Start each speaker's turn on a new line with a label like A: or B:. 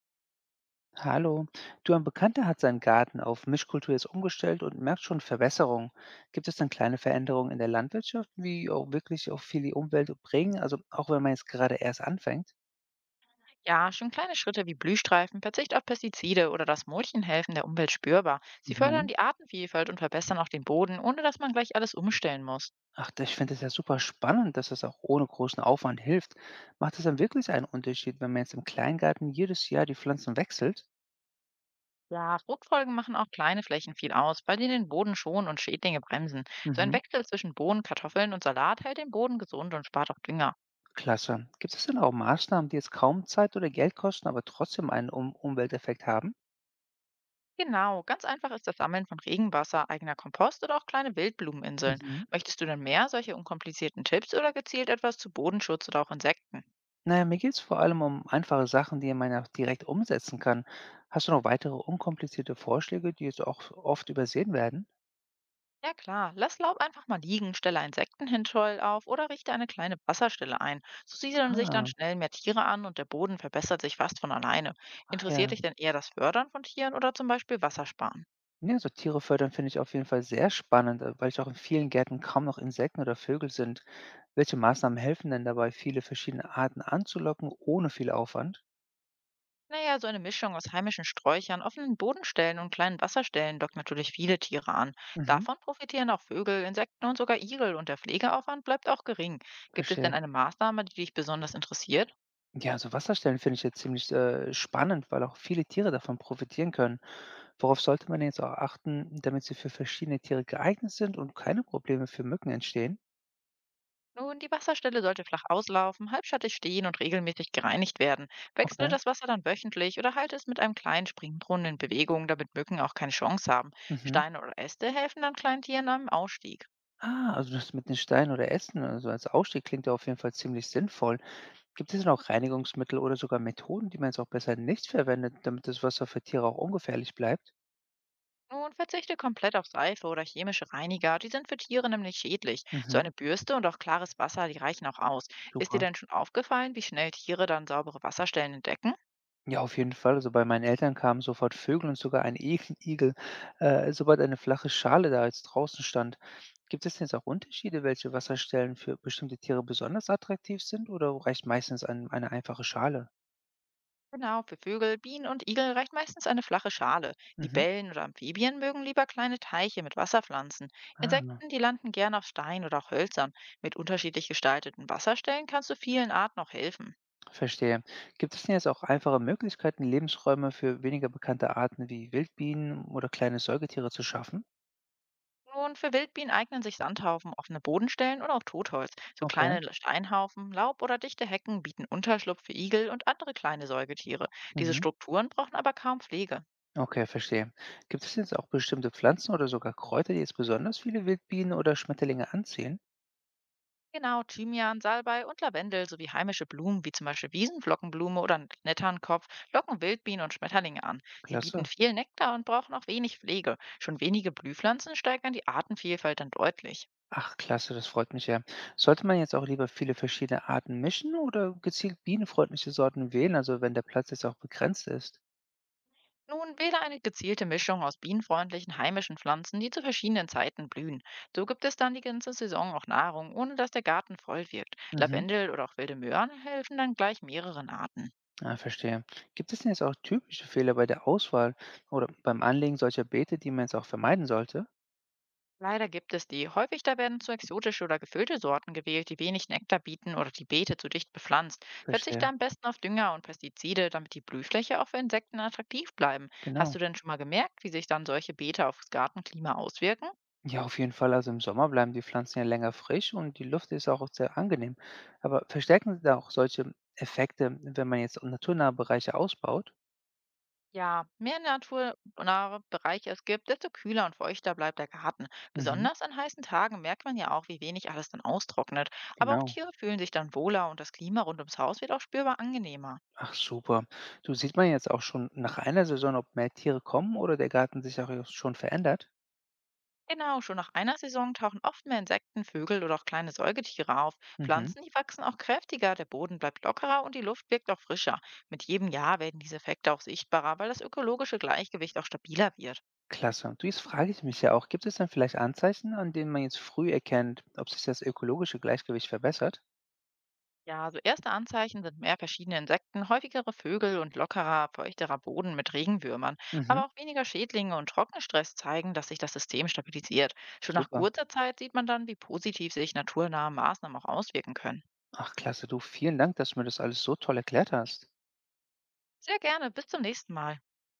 A: Hallo. Du, ein Bekannter hat seinen Garten auf Mischkultur jetzt umgestellt und merkt schon Verbesserungen. Gibt es dann kleine Veränderungen in der Landwirtschaft, die auch wirklich auch viel die Umwelt bringen? Also auch wenn man jetzt gerade erst anfängt?
B: Ja, schon kleine Schritte wie Blühstreifen, Verzicht auf Pestizide oder das Mulchen helfen der Umwelt spürbar. Sie fördern
A: Mhm.
B: die Artenvielfalt und verbessern auch den Boden, ohne dass man gleich alles umstellen muss.
A: Ach, das- ich finde das ja super spannend, dass das auch ohne großen Aufwand hilft. Macht es dann wirklich einen Unterschied, wenn man jetzt im Kleingarten jedes Jahr die Pflanzen wechselt?
B: Ja, Fruchtfolgen machen auch kleine Flächen viel aus, bei denen den Boden schonen und Schädlinge bremsen. So ein
A: Mhm.
B: Wechsel zwischen Bohnen, Kartoffeln und Salat hält den Boden gesund und spart auch Dünger.
A: Klasse. Gibt es denn auch Maßnahmen, die jetzt kaum Zeit oder Geld kosten, aber trotzdem einen um Umwelteffekt haben?
B: Genau, ganz einfach ist das Sammeln von Regenwasser, eigener Kompost oder auch kleine Wildblumeninseln.
A: Mhm.
B: Möchtest du dann mehr solche unkomplizierten Tipps oder gezielt etwas zu Bodenschutz oder auch Insekten?
A: Naja, ja, mir geht's vor allem um einfache Sachen, die man ja auch direkt umsetzen kann. Hast du noch weitere unkomplizierte Vorschläge, die jetzt auch oft übersehen werden?
B: Ja klar, lass Laub einfach mal liegen, stelle Insektenhinscheu auf oder richte eine kleine Wasserstelle ein. So siedeln sich dann
A: Ah,
B: schnell mehr Tiere an und der Boden verbessert sich fast von alleine.
A: ach
B: Interessiert
A: ja.
B: dich denn eher das Fördern von Tieren oder zum Beispiel Wassersparen?
A: Ja, so Tiere fördern finde ich auf jeden Fall sehr spannend, weil ich auch in vielen Gärten kaum noch Insekten oder Vögel sind. Welche Maßnahmen helfen denn dabei, viele verschiedene Arten anzulocken, ohne viel Aufwand?
B: Naja, so eine Mischung aus heimischen Sträuchern, offenen Bodenstellen und kleinen Wasserstellen lockt natürlich viele Tiere an.
A: Mhm,
B: Davon profitieren auch Vögel, Insekten und sogar Igel und der Pflegeaufwand bleibt auch gering. Gibt es
A: verstehe.
B: denn eine Maßnahme, die dich besonders interessiert?
A: Ja, so Wasserstellen finde ich jetzt ziemlich spannend, weil auch viele Tiere davon profitieren können. Worauf sollte man jetzt auch achten, damit sie für verschiedene Tiere geeignet sind und keine Probleme für Mücken entstehen?
B: Nun, die Wasserstelle sollte flach auslaufen, halbschattig stehen und regelmäßig gereinigt werden. Wechsle
A: Okay.
B: das Wasser dann wöchentlich oder halte es mit einem kleinen Springbrunnen in Bewegung, damit Mücken auch keine Chance haben.
A: Mhm.
B: Steine oder Äste helfen dann kleinen Tieren am Ausstieg.
A: Ah, also das mit den Steinen oder Ästen, also als Ausstieg klingt ja auf jeden Fall ziemlich sinnvoll. Gibt es denn auch Reinigungsmittel oder sogar Methoden, die man jetzt auch besser nicht verwendet, damit das Wasser für Tiere auch ungefährlich bleibt?
B: Nun verzichte komplett auf Seife oder chemische Reiniger, die sind für Tiere nämlich schädlich. So
A: Mhm.
B: eine Bürste und auch klares Wasser, die reichen auch aus. Ist dir
A: Super.
B: denn schon aufgefallen, wie schnell Tiere dann saubere Wasserstellen entdecken?
A: Ja, auf jeden Fall. Also, bei meinen Eltern kamen sofort Vögel und sogar ein I Igel, sobald eine flache Schale da jetzt draußen stand. Gibt es denn jetzt auch Unterschiede, welche Wasserstellen für bestimmte Tiere besonders attraktiv sind oder reicht meistens eine einfache Schale?
B: Genau, für Vögel, Bienen und Igel reicht meistens eine flache Schale.
A: Mhm.
B: Libellen oder Amphibien mögen lieber kleine Teiche mit Wasserpflanzen.
A: Ah,
B: Insekten, die landen gern auf Stein oder auch Hölzern. Mit unterschiedlich gestalteten Wasserstellen kannst du vielen Arten auch helfen.
A: verstehe. Gibt es denn jetzt auch einfache Möglichkeiten, Lebensräume für weniger bekannte Arten wie Wildbienen oder kleine Säugetiere zu schaffen?
B: Nun, für Wildbienen eignen sich Sandhaufen, offene Bodenstellen oder auch Totholz. So
A: Okay.
B: kleine Steinhaufen, Laub oder dichte Hecken bieten Unterschlupf für Igel und andere kleine Säugetiere. Diese
A: Mhm.
B: Strukturen brauchen aber kaum Pflege.
A: Okay, verstehe. Gibt es jetzt auch bestimmte Pflanzen oder sogar Kräuter, die jetzt besonders viele Wildbienen oder Schmetterlinge anziehen?
B: Genau, Thymian, Salbei und Lavendel sowie heimische Blumen wie zum Beispiel Wiesenflockenblume oder Netternkopf locken Wildbienen und Schmetterlinge an. Sie bieten
A: Klasse.
B: viel Nektar und brauchen auch wenig Pflege. Schon wenige Blühpflanzen steigern die Artenvielfalt dann deutlich.
A: Ach, klasse, das freut mich ja. Sollte man jetzt auch lieber viele verschiedene Arten mischen oder gezielt bienenfreundliche Sorten wählen, also wenn der Platz jetzt auch begrenzt ist?
B: Nun wähle eine gezielte Mischung aus bienenfreundlichen heimischen Pflanzen, die zu verschiedenen Zeiten blühen. So gibt es dann die ganze Saison auch Nahrung, ohne dass der Garten voll wirkt.
A: Mhm.
B: Lavendel oder auch wilde Möhren helfen dann gleich mehreren Arten.
A: Ah, verstehe. Gibt es denn jetzt auch typische Fehler bei der Auswahl oder beim Anlegen solcher Beete, die man jetzt auch vermeiden sollte?
B: Leider gibt es die. Häufig da werden zu exotische oder gefüllte Sorten gewählt, die wenig Nektar bieten oder die Beete zu dicht bepflanzt. Verzichte
A: Verstehe.
B: am besten auf Dünger und Pestizide, damit die Blühfläche auch für Insekten attraktiv bleiben. Hast
A: Genau.
B: du denn schon mal gemerkt, wie sich dann solche Beete aufs Gartenklima auswirken?
A: Ja, auf jeden Fall. Also im Sommer bleiben die Pflanzen ja länger frisch und die Luft ist auch sehr angenehm. Aber verstärken Sie da auch solche Effekte, wenn man jetzt naturnahe Bereiche ausbaut?
B: Ja, mehr naturnahe Bereiche es gibt, desto kühler und feuchter bleibt der Garten.
A: Mhm.
B: Besonders an heißen Tagen merkt man ja auch, wie wenig alles dann austrocknet. Aber auch
A: Genau.
B: Tiere fühlen sich dann wohler und das Klima rund ums Haus wird auch spürbar angenehmer.
A: Ach super. Du, sieht man jetzt auch schon nach einer Saison, ob mehr Tiere kommen oder der Garten sich auch erst schon verändert?
B: Genau, schon nach einer Saison tauchen oft mehr Insekten, Vögel oder auch kleine Säugetiere auf.
A: Mhm.
B: Pflanzen, die wachsen auch kräftiger, der Boden bleibt lockerer und die Luft wirkt auch frischer. Mit jedem Jahr werden diese Effekte auch sichtbarer, weil das ökologische Gleichgewicht auch stabiler wird.
A: Klasse. Und du, jetzt frage ich mich ja auch, gibt es denn vielleicht Anzeichen, an denen man jetzt früh erkennt, ob sich das ökologische Gleichgewicht verbessert?
B: Ja, so erste Anzeichen sind mehr verschiedene Insekten, häufigere Vögel und lockerer, feuchterer Boden mit Regenwürmern.
A: Mhm.
B: Aber auch weniger Schädlinge und Trockenstress zeigen, dass sich das System stabilisiert. Schon nach
A: Super.
B: kurzer Zeit sieht man dann, wie positiv sich naturnahe Maßnahmen auch auswirken können.
A: Ach klasse, du, vielen Dank, dass du mir das alles so toll erklärt hast.
B: Sehr gerne, bis zum nächsten Mal.